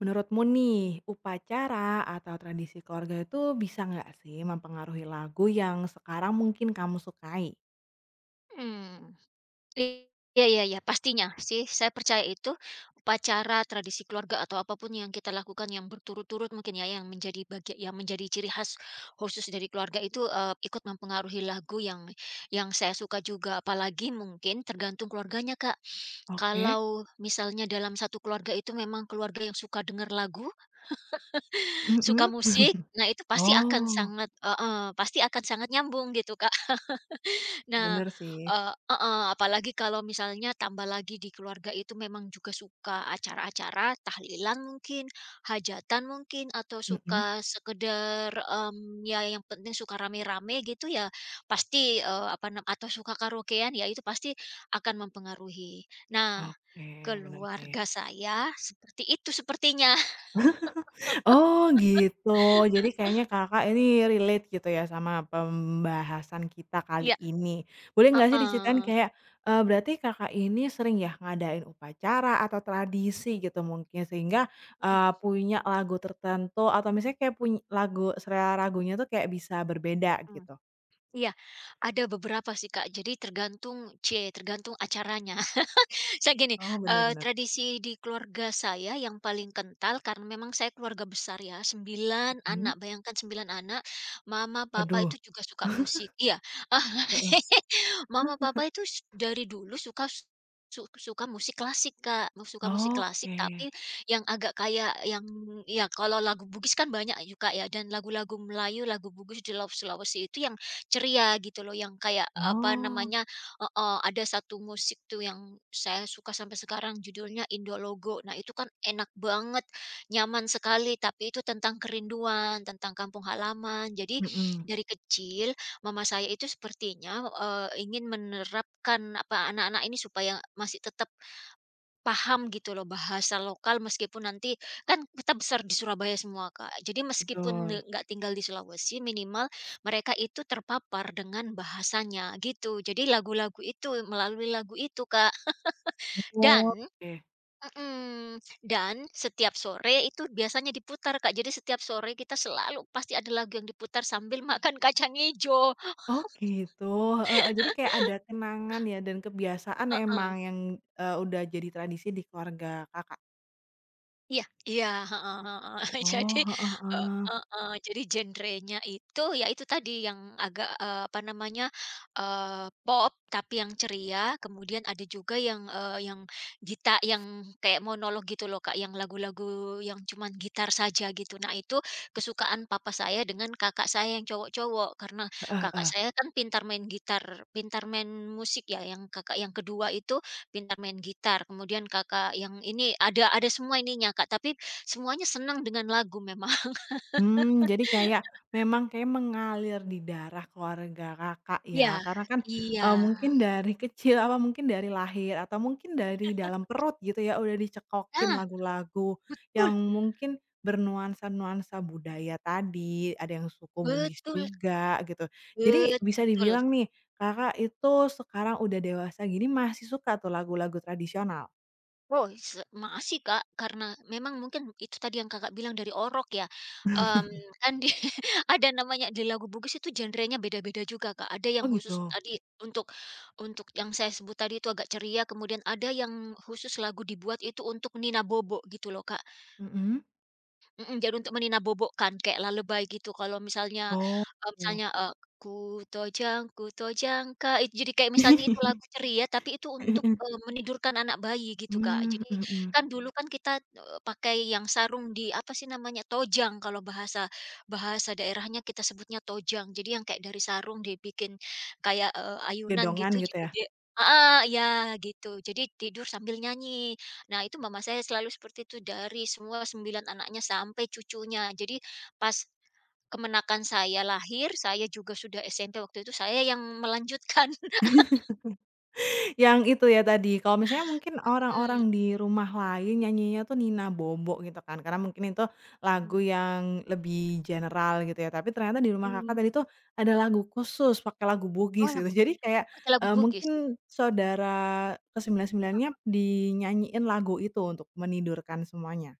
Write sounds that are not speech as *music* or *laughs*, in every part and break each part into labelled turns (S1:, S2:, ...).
S1: Menurutmu nih, upacara atau tradisi keluarga itu bisa nggak sih mempengaruhi lagu yang sekarang mungkin kamu sukai?
S2: Mmm, iya iya iya, pastinya sih saya percaya itu, upacara, tradisi keluarga atau apapun yang kita lakukan yang berturut-turut mungkin ya, yang menjadi bagian, yang menjadi ciri khas khusus dari keluarga itu, ikut mempengaruhi lagu yang saya suka juga. Apalagi mungkin tergantung keluarganya, Kak.
S1: Oke.
S2: Kalau misalnya dalam satu keluarga itu memang keluarga yang suka dengar lagu, *laughs* suka
S1: Mhm.
S2: musik, nah itu pasti akan
S1: Oh,
S2: sangat heeh, pasti akan sangat nyambung gitu, Kak. Nah,
S1: bener sih.
S2: heeh, apalagi kalau misalnya tambah lagi di keluarga itu memang juga suka acara-acara tahlilan mungkin, hajatan mungkin, atau
S1: Mhm.
S2: suka sekedar, mmm, ya yang penting suka rame-rame gitu ya, pasti, eee, apa nam atau suka karaokean ya itu pasti akan mempengaruhi. Nah,
S1: Oke, bener sih.
S2: keluarga saya seperti itu sepertinya. *laughs*
S1: Oh gitu, jadi kayaknya Kakak ini relate gitu ya sama pembahasan kita kali
S2: Iya,
S1: ini. Boleh nggak sih diceritain
S2: heeh,
S1: kayak, berarti Kakak ini sering ya ngadain upacara atau tradisi
S2: mhm
S1: gitu mungkin sehingga,
S2: mhm
S1: punya lagu tertentu atau misalnya kayak punya lagu selera lagunya tuh kayak bisa berbeda
S2: mhm.
S1: gitu?
S2: Iya, ada beberapa sih Kak, jadi c tergantung acaranya. Saya gini,
S1: Oh benar-benar.
S2: tradisi di keluarga saya yang paling kental karena memang saya keluarga besar ya, 9
S1: Mhm,
S2: anak, bayangkan 9 anak, mama, papa
S1: aduh.
S2: itu juga suka musik iya.
S1: Heeh.
S2: *laughs* Mama, papa itu dari dulu suka suka musik klasik, Kak, suka musik klasik
S1: Oke,
S2: tapi yang agak kayak yang ya kalau lagu Bugis kan banyak ya, ya dan lagu-lagu Melayu, lagu Bugis di laut Sulawesi itu yang ceria gitu loh, yang kayak, apa
S1: oh,
S2: namanya, heeh, ada satu musik tuh yang saya suka sampai sekarang judulnya Indologo. Nah, itu kan enak banget, nyaman sekali, tapi itu tentang kerinduan, tentang kampung halaman. Jadi
S1: mhm,
S2: dari kecil mama saya itu sepertinya, ingin menerapkan apa, anak-anak ini supaya masih tetap paham gitu loh bahasa lokal meskipun nanti kan kita besar di Surabaya semua, Kak. Jadi meskipun
S1: betul,
S2: nggak tinggal di Sulawesi, minimal mereka itu terpapar dengan bahasanya gitu. Jadi lagu-lagu itu, melalui lagu itu, Kak. Dan
S1: oke.
S2: mhm, dan setiap sore itu biasanya diputar, Kak. Jadi setiap sore kita selalu pasti ada lagu yang diputar sambil *laughs* makan kacang hijau.
S1: Oh gitu, heeh heeh, jadi kayak ada kenangan ya dan kebiasaan
S2: Heeh.
S1: emang yang, udah jadi tradisi di keluarga Kakak?
S2: Iya iya, heeh heeh. *laughs*
S1: Oh,
S2: Jadi
S1: heeh
S2: eee,
S1: heeh,
S2: heeh, jadi genrenya itu, ya itu tadi yang agak, apa namanya, pop tapi yang ceria, kemudian ada juga yang, eee, yang gita yang kayak monolog gitu loh, Kak, yang lagu-lagu yang cuman gitar saja gitu. Nah, itu kesukaan papa saya dengan kakak saya yang cowok-cowok, karena
S1: heeh
S2: kakak
S1: heeh.
S2: saya kan pintar main gitar, pintar main musik ya, yang kakak yang kedua itu pintar main gitar, kemudian Kakak yang ini, ada semua ininya, Kak, tapi semuanya senang dengan lagu memang. *laughs*
S1: hmm jadi kayak memang kayak mengalir di darah keluarga Kakak
S2: Iya
S1: ya, karena kan,
S2: iya.
S1: mungkin dari kecil apa mungkin dari lahir atau mungkin dari dalam perut gitu ya udah dicekokin
S2: Nah,
S1: lagu-lagu
S2: betul,
S1: yang mungkin bernuansa-nuansa budaya tadi, ada yang suku Bugis
S2: betul
S1: juga gitu. Jadi bisa
S2: betul.
S1: dibilang nih Kakak itu sekarang udah dewasa gini masih suka tuh lagu-lagu tradisional?
S2: Oh, makasih, Kak, karena memang mungkin itu tadi yang Kakak bilang dari orok ya,
S1: *laughs*
S2: mmm, kan di *laughs* ada namanya di lagu Bugis itu genrenya beda-beda juga, Kak. Ada yang
S1: Oh
S2: khusus
S1: gitu?
S2: tadi untuk yang saya sebut tadi itu agak ceria, kemudian ada yang khusus lagu dibuat itu untuk Nina Bobo gitu loh, Kak.
S1: Mhm.
S2: Mhm, jadi untuk meninabobokan kayak lalebay gitu kalau misalnya,
S1: Oh.
S2: eee, misalnya, eee, ku tojang ka" itu jadi kayak misalnya itu lagu
S1: *laughs*
S2: ceria tapi itu untuk,
S1: Heeh.
S2: menidurkan anak bayi gitu, Kak.
S1: Mmm,
S2: Jadi
S1: mhm mhm.
S2: kan dulu kan kita, pakai yang sarung di apa sih namanya, tojang kalau bahasa bahasa daerahnya kita sebutnya tojang. Jadi yang kayak dari sarung dibikin kayak, ayunan
S1: Gendongan
S2: gitu
S1: gitu
S2: jadi
S1: ya?
S2: dia ah ya gitu. Jadi tidur sambil nyanyi. Nah, itu mama saya selalu seperti itu dari semua 9 anaknya sampai cucunya. Jadi pas kemenakan saya lahir, saya juga sudah SMP waktu itu, saya yang melanjutkan. *laughs*
S1: Yang itu ya tadi, kalau misalnya mungkin
S2: Mhm,
S1: orang-orang di rumah lain nyanyinya tuh Nina Bobo gitu kan, karena mungkin itu
S2: mmm.
S1: lagu yang lebih general gitu ya, tapi ternyata di rumah Kakak
S2: Mmm.
S1: tadi tuh ada lagu khusus, pakai lagu
S2: Oh,
S1: Bugis gitu. Jadi kayak,
S2: pakai lagu Bugis ya?
S1: mungkin saudara ke sembilan-sembilannya dinyanyiin lagu itu untuk menidurkan semuanya?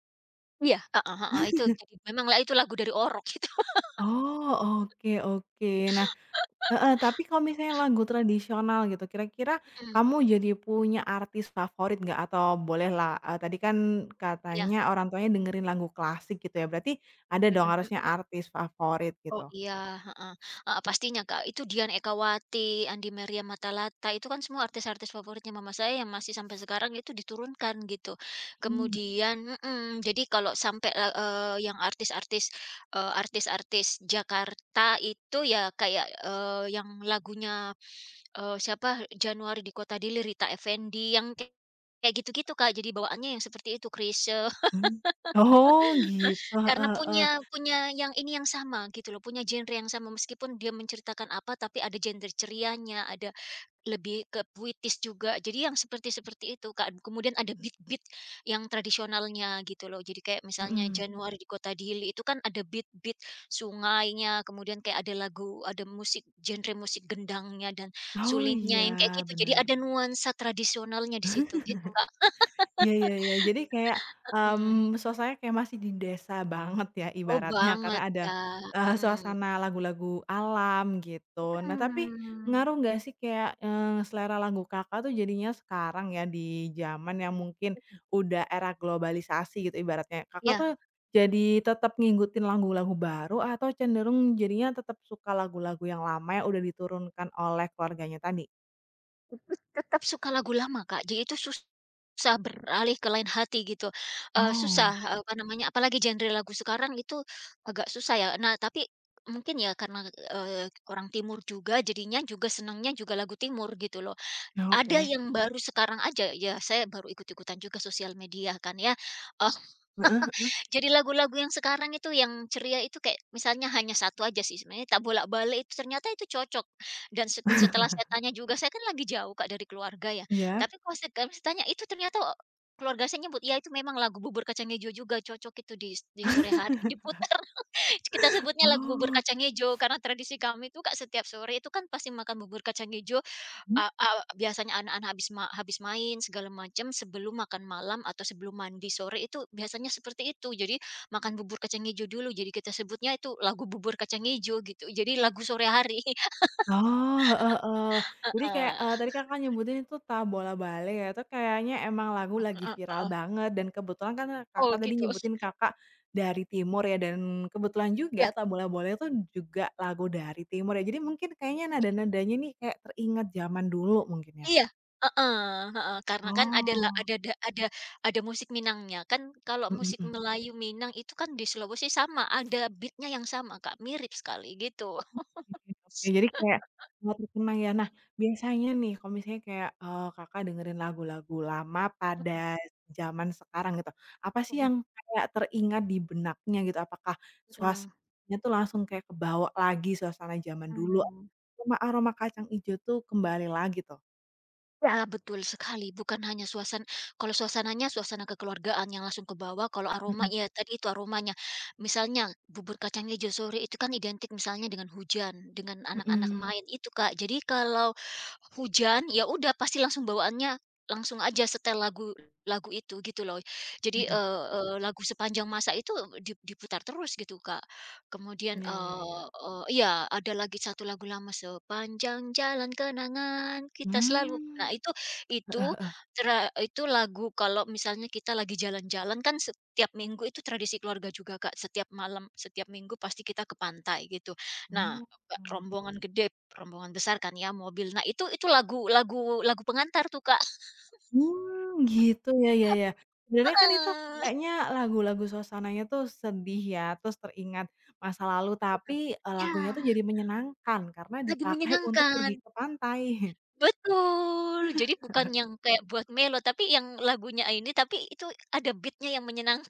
S2: Iya, heeh heeh, itu jadi memanglah itu lagu dari Orok gitu. *laughs*
S1: Oh, oke oke. Nah, heeh, tapi kalau misalnya lagu tradisional gitu, kira-kira
S2: Mhm,
S1: kamu jadi punya artis favorit nggak? Atau bolehlah, tadi kan
S2: iya,
S1: katanya orang tuanya dengerin lagu klasik gitu ya, berarti ada dong
S2: mhm.
S1: harusnya artis favorit
S2: Oh
S1: gitu?
S2: iya, heeh, heeh, pastinya Kak, itu Dian Ekawati, Andi Maria Matalata, itu kan semua artis-artis favoritnya mama saya yang masih sampai sekarang itu diturunkan gitu.
S1: Mmm,
S2: Kemudian jadi kalau sampai, eee eee, yang artis-artis Jakarta itu ya kayak, yang lagunya, siapa, Januari di Kota Dili, Rita Effendy, yang kayak kayak gitu-gitu Kak, jadi bawaannya yang seperti itu, Chrisye.
S1: mhm. Oh gitu, heeh
S2: Karena
S1: heeh,
S2: punya punya yang ini yang sama gitu loh, punya genre yang sama meskipun dia menceritakan apa, tapi ada genre cerianya, ada lebih ke puitis juga. Jadi yang seperti-seperti itu, Kak. Kemudian ada beat-beat yang tradisionalnya gitu loh. Jadi kayak misalnya
S1: mhm.
S2: Januari di Kota Dili itu kan ada beat-beat sungainya, kemudian kayak ada lagu, ada musik genre musik gendangnya dan
S1: Oh
S2: sulingnya yang kayak
S1: iya,
S2: gitu. Jadi ada
S1: bener.
S2: nuansa tradisionalnya di situ gitu, Kak.
S1: Iya iya iya. Jadi kayak,
S2: Mhm.
S1: suasananya kayak masih di desa banget ya
S2: Oh,
S1: ibaratnya karena
S2: banget,
S1: ada,
S2: Kak. Mhm.
S1: suasana lagu-lagu alam gitu. Nah tapi ngaruh
S2: Mhm.
S1: nggak sih kayak, selera lagu Kakak tuh jadinya sekarang ya di zaman yang mungkin udah era globalisasi gitu ibaratnya. Kakak
S2: Iya,
S1: tuh jadi tetap ngikutin lagu-lagu baru atau cenderung jadinya tetap suka lagu-lagu yang lama yang udah diturunkan oleh keluarganya tadi?
S2: tetap suka lagu lama, Kak. Jadi itu susah beralih ke lain hati gitu,
S1: Oh,
S2: susah, eh, apa namanya, apalagi genre lagu sekarang itu agak susah ya. Nah, tapi mungkin ya karena, orang timur juga jadinya juga senangnya juga lagu timur gitu loh. Ada
S1: oke.
S2: yang baru sekarang aja, ya saya baru ikut-ikutan juga sosial media kan ya, eh,
S1: Heeh heeh.
S2: jadi lagu-lagu yang sekarang itu yang ceria itu kayak misalnya hanya satu aja sih sebenarnya tak bolak-balik itu ternyata itu cocok dan setelah
S1: *laughs*
S2: saya tanya juga, saya kan lagi jauh Kak dari keluarga ya,
S1: Iya.
S2: tapi kalau kami saya tanya itu ternyata oh, keluarga saya nyebut, ya itu memang lagu Bubur Kacang hijau juga cocok itu di sore hari diputar." *laughs* Kita sebutnya lagu Bubur
S1: Oh,
S2: Kacang hijau karena tradisi kami itu Kak setiap sore itu kan pasti makan bubur kacang hijau.
S1: mhm,
S2: A a Biasanya anak-anak habis habis main segala macam sebelum makan malam atau sebelum mandi sore itu biasanya seperti itu. Jadi makan bubur kacang ijo dulu, jadi kita sebutnya itu lagu bubur kacang ijo gitu. Jadi lagu sore hari. *laughs*
S1: oh, heeh heeh. Jadi kayak,
S2: Heeh,
S1: tadi Kakak nyebutin itu tabola Bale ya, itu kayaknya emang lagu lagi
S2: heeh
S1: viral
S2: heeh.
S1: banget dan kebetulan kan
S2: Oh
S1: Kakak tadi
S2: gitu.
S1: nyebutin Kakak dari timur ya dan kebetulan juga
S2: Iya
S1: tabola Bale itu juga lagu dari timur ya, jadi mungkin kayaknya nada-nadanya nih kayak teringat zaman dulu mungkin ya?
S2: iya. Heeh heeh. Karena kan ada la
S1: Oh,
S2: ada da ada musik Minangnya. Kan kalau
S1: mhm
S2: musik
S1: mhm.
S2: Melayu Minang itu kan di Sulawesi sama, ada beatnya yang sama Kak, mirip sekali gitu.
S1: Mhm, oke, jadi kayak nggak terkenang ya. Nah, biasanya nih kalau misalnya kayak, Kakak dengerin lagu-lagu lama pada zaman sekarang gitu, apa sih
S2: Mhm,
S1: yang kayak teringat di benaknya gitu? Apakah
S2: mhm,
S1: suasananya tuh langsung kayak kebawa lagi suasana zaman dulu,
S2: mhm.
S1: cuma aroma kacang ijo tuh kembali lagi tuh?
S2: Ya, betul sekali. Bukan hanya kalau suasananya, suasana kekeluargaan yang langsung ke bawah kalau aroma
S1: Mhm.
S2: ya tadi itu aromanya. Misalnya bubur kacang ijo sore itu kan identik misalnya dengan hujan, dengan anak-anak
S1: Mhm
S2: main itu, Kak. Jadi kalau hujan, ya udah pasti langsung bawaannya langsung aja setel lagu lagu itu gitu loh. Jadi,
S1: mhm.
S2: eee eee, lagu sepanjang masa itu di diputar terus gitu, Kak. Kemudian,
S1: Iya iya iya.
S2: eee eee, iya ada lagi satu lagu lama, "Sepanjang Jalan Kenangan Kita Selalu."
S1: Mmm,
S2: Nah
S1: heeh
S2: itu
S1: heeh.
S2: itu lagu kalau misalnya kita lagi jalan-jalan kan setiap minggu itu tradisi keluarga juga, Kak, setiap malam, setiap minggu pasti kita ke pantai gitu. Nah,
S1: Oh.
S2: rombongan gede, rombongan besar kan ya mobil. Nah itu lagu lagu lagu pengantar tuh, Kak.
S1: Mmm, gitu ya ya ya. Sebenarnya kan itu
S2: Heeh.
S1: kayaknya lagu-lagu suasananya tuh sedih ya, terus teringat masa lalu, tapi,
S2: Iya,
S1: lagunya tuh jadi menyenangkan karena
S2: lagu
S1: dipakai untuk pergi
S2: menyenangkan.
S1: ke pantai.
S2: Betul, jadi bukan yang kayak buat melo, tapi yang lagunya ini, tapi itu ada beatnya yang menyenangkan,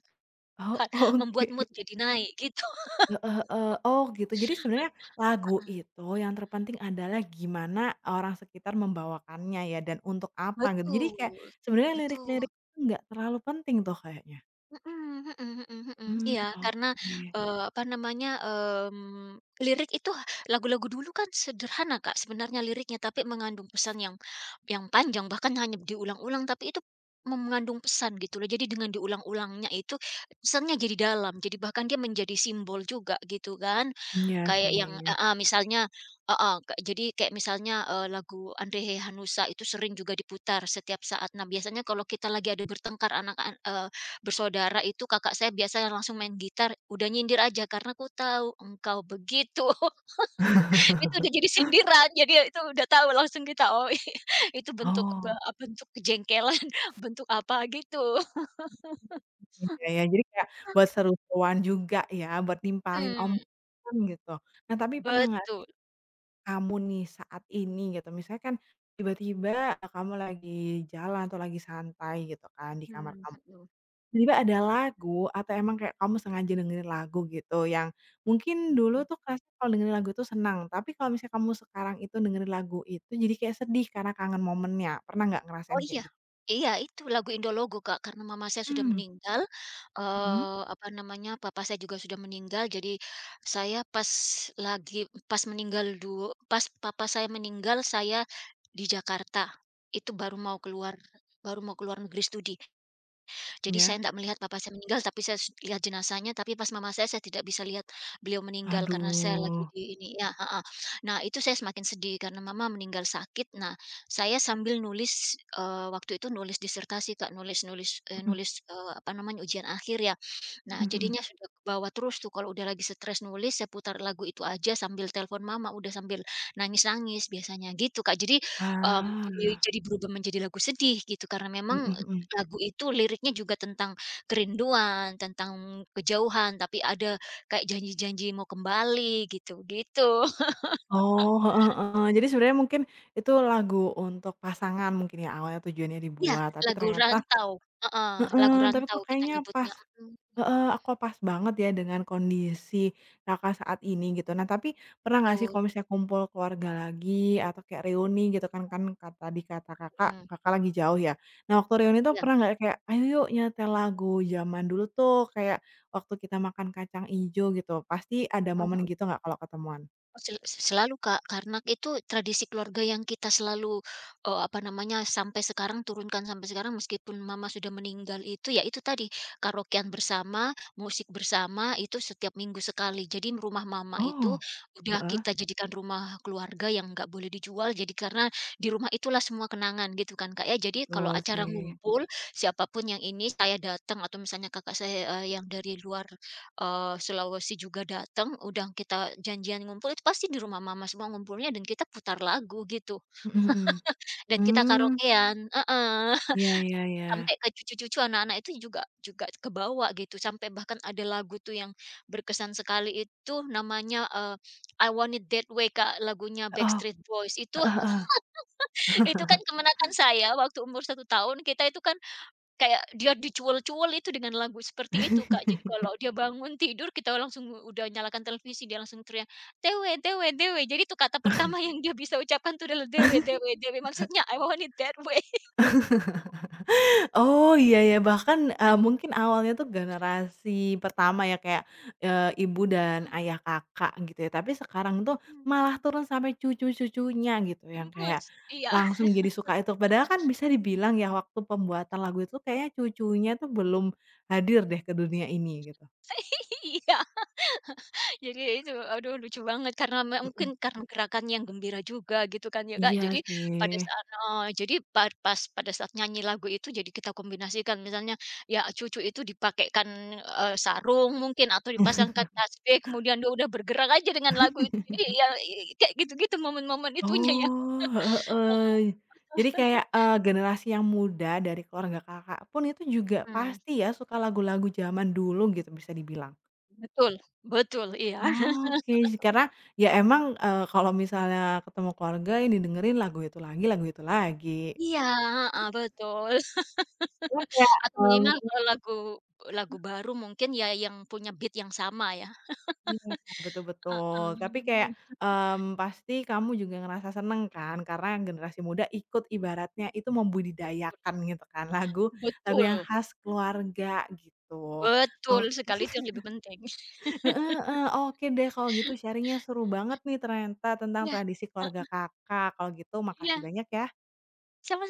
S1: Oh,
S2: membuat
S1: oke.
S2: mood jadi naik gitu. *laughs*
S1: Heeh heeh. Oh, gitu. Jadi sebenarnya lagu itu yang terpenting adalah gimana orang sekitar membawakannya ya dan untuk apa gitu. Jadi kayak
S2: Betul,
S1: sebenarnya
S2: betul.
S1: lirik-lirik itu nggak terlalu penting tuh kayaknya.
S2: Mhm mhm mhm mhm.
S1: Mmm,
S2: Iya, karena,
S1: oke.
S2: apa namanya, lirik itu lagu-lagu dulu kan sederhana, Kak, sebenarnya liriknya, tapi mengandung pesan yang panjang, bahkan hanya diulang-ulang, tapi itu mengandung pesan gitu loh. Jadi dengan diulang-ulangnya itu, pesannya jadi dalam, jadi bahkan dia menjadi simbol juga gitu kan.
S1: Iya
S2: Kayak yang
S1: sih.
S2: heeh, misalnya heeh, jadi kayak misalnya, lagu Andre Hehanussa itu sering juga diputar setiap saat. Nah, biasanya kalau kita lagi ada bertengkar bersaudara itu kakak saya biasanya langsung main gitar, udah nyindir aja, "Karena ku tahu engkau begitu." *laughs* Itu udah
S1: *laughs*
S2: jadi sindiran, jadi itu udah tahu langsung kita, oh *laughs* itu bentuk
S1: Oh.
S2: bentuk kejengkelan, *laughs* bentuk apa gitu.
S1: Iya ya, jadi kayak buat seru-seruan juga ya, buat nimpalin
S2: Mhm,
S1: omongan gitu. Nah, tapi pernah nggak
S2: betul.
S1: sih kamu nih saat ini gitu, misalnya kan tiba-tiba kamu lagi jalan atau lagi santai gitu kan di kamar
S2: Mmm,
S1: kamu,
S2: mhm.
S1: tiba-tiba ada lagu atau emang kayak kamu sengaja dengerin lagu gitu yang mungkin dulu tuh kerasa kalau dengerin lagu itu senang, tapi kalau misalnya kamu sekarang itu dengerin lagu itu jadi kayak sedih karena kangen momennya, pernah nggak
S2: Oh
S1: ngerasain
S2: iya,
S1: kayak gitu?
S2: iya itu lagu Indologo, Kak, karena mama saya sudah
S1: Mmm.
S2: meninggal,
S1: Mhm,
S2: apa namanya, papa saya juga sudah meninggal, jadi saya pas lagi pas meninggal du pas papa saya meninggal, saya di Jakarta, itu baru mau keluar negeri studi. Jadi saya
S1: iya.
S2: tidak melihat papa saya meninggal, tapi saya lihat jenazahnya, tapi pas mama saya tidak bisa lihat beliau meninggal karena saya lagi
S1: Aduh,
S2: di ini ya heeh. Nah, itu saya semakin sedih karena mama meninggal sakit. Nah, saya sambil nulis, waktu itu nulis disertasi Kak, nulis
S1: mhm
S2: nulis, eee, apa namanya, ujian akhir ya. Nah,
S1: mhm mhm.
S2: jadinya sudah kebawa terus tuh kalau udah lagi stres nulis, saya putar lagu itu aja sambil telepon mama, udah sambil nangis-nangis biasanya gitu, Kak. Jadi, mmm,
S1: Ah,
S2: jadi berubah menjadi lagu sedih gitu karena memang,
S1: mhm mhm.
S2: lagu itu liriknya juga tentang kerinduan, tentang kejauhan, tapi ada kayak janji-janji mau kembali gitu, gitu. *laughs*
S1: Oh, heeh heeh. Jadi sebenarnya mungkin itu lagu untuk pasangan mungkin ya awalnya tujuannya
S2: Iya,
S1: dibuat, tapi
S2: lagu
S1: ternyata
S2: rantau, heeh,
S1: Heeh,
S2: lagu
S1: tapi
S2: rantau
S1: kok
S2: kita
S1: kayaknya pas
S2: nyebutnya, mhm,
S1: heeh, aku pas banget ya dengan kondisi Kakak saat ini gitu. Nah tapi pernah nggak sih
S2: betul,
S1: kalau misalnya kumpul keluarga lagi atau kayak reuni gitu kan kan kata di kata Kakak,
S2: mhm,
S1: Kakak lagi jauh ya. Nah waktu reuni tuh
S2: iya.
S1: pernah nggak kayak, "Ayo yuk nyetel lagu zaman dulu tuh," kayak waktu kita makan kacang ijo gitu. Pasti ada momen gitu nggak kalau ketemuan?
S2: Oh, selalu, Kak, karena itu tradisi keluarga yang kita selalu, apa namanya, sampai sekarang turunkan sampai sekarang meskipun mama sudah meninggal itu, ya itu tadi, karaokean bersama, musik bersama, itu setiap minggu sekali. Jadi rumah mama itu
S1: Oh,
S2: udah
S1: heeh,
S2: kita jadikan rumah keluarga yang nggak boleh dijual, jadi karena di rumah itulah semua kenangan gitu kan, Kak, ya. Jadi kalau
S1: betul
S2: acara
S1: sih.
S2: ngumpul, siapapun yang ini, saya datang atau misalnya kakak saya, yang dari luar Sulawesi juga datang, udah kita janjian ngumpul itu pasti di rumah mama semua ngumpulnya dan kita putar lagu gitu,
S1: Mhm mhm.
S2: dan kita
S1: Mmm,
S2: karaokean heeh.
S1: iya iya
S2: *laughs*
S1: iya.
S2: Sampai ke cucu-cucu anak-anak itu juga juga kebawa gitu, sampai bahkan ada lagu tuh yang berkesan sekali itu namanya, I Want It That Way Kak, lagunya
S1: Heeh,
S2: Backstreet Boys itu.
S1: heeh.
S2: *laughs* Itu kan kemenangan saya waktu umur satu tahun, kita itu kan kayak dia dicuel-cuel itu dengan lagu seperti itu, Kak.
S1: *laughs*
S2: Jadi kalau dia bangun tidur, kita langsung udah nyalakan televisi, dia langsung teriak, "Dewe dewe dewe." Jadi itu kata pertama yang dia bisa ucapkan tuh adalah, "Dewe dewe dewe." Maksudnya, "I want it that way."
S1: Oh, iya ya, bahkan, mungkin awalnya tuh generasi pertama ya, kayak, ibu dan
S2: *laughs*
S1: ayah Kakak gitu ya, tapi sekarang tuh malah
S2: Mhm.
S1: turun sampai cucu-cucunya gitu yang kayak
S2: Tembus. Iya.
S1: langsung jadi suka itu. Padahal kan bisa dibilang ya waktu pembuatan lagu itu kayaknya cucunya tuh belum hadir deh ke dunia ini gitu.
S2: *laughs* Iya. Jadi ya itu, aduh lucu banget karena mungkin
S1: Mhm,
S2: karena gerakan yang gembira juga gitu kan ya Kak.
S1: iya
S2: Jadi pada
S1: sih.
S2: saat heeh, jadi pa pas pada saat nyanyi lagu itu jadi kita kombinasikan misalnya, ya cucu itu dipakaikan, sarung mungkin atau dipasangkan tasbih kemudian dia udah bergerak aja dengan lagu itu. Jadi ya kayak gitu-gitu momen-momen itunya ya.
S1: Oh, heeh heeh.
S2: Heeh,
S1: Jadi kayak, generasi yang muda dari keluarga Kakak pun itu juga
S2: mmm,
S1: pasti ya suka lagu-lagu zaman dulu gitu bisa dibilang?
S2: betul betul, iya.
S1: Oke, karena ya emang, kalau misalnya ketemu keluarga yang didengerin lagu itu lagi lagu itu lagi.
S2: Iya, heeh, betul. Atau minimal kalau lagu lagu baru mungkin ya yang punya beat yang sama ya.
S1: Iya. Betul betul. Tapi kayak,
S2: Heeh.
S1: pasti kamu juga ngerasa seneng kan karena generasi muda ikut ibaratnya itu membudidayakan gitu kan lagu
S2: Betul
S1: lagu yang
S2: betul
S1: khas keluarga gitu.
S2: betul
S1: Ok.
S2: sekali itu yang lebih penting.
S1: Heeh heeh, oke deh kalau gitu sharing-nya seru banget nih ternyata tentang
S2: Iya,
S1: tradisi keluarga
S2: e
S1: Kakak, kalau gitu makasih
S2: iya,
S1: banyak ya.
S2: sama-sama.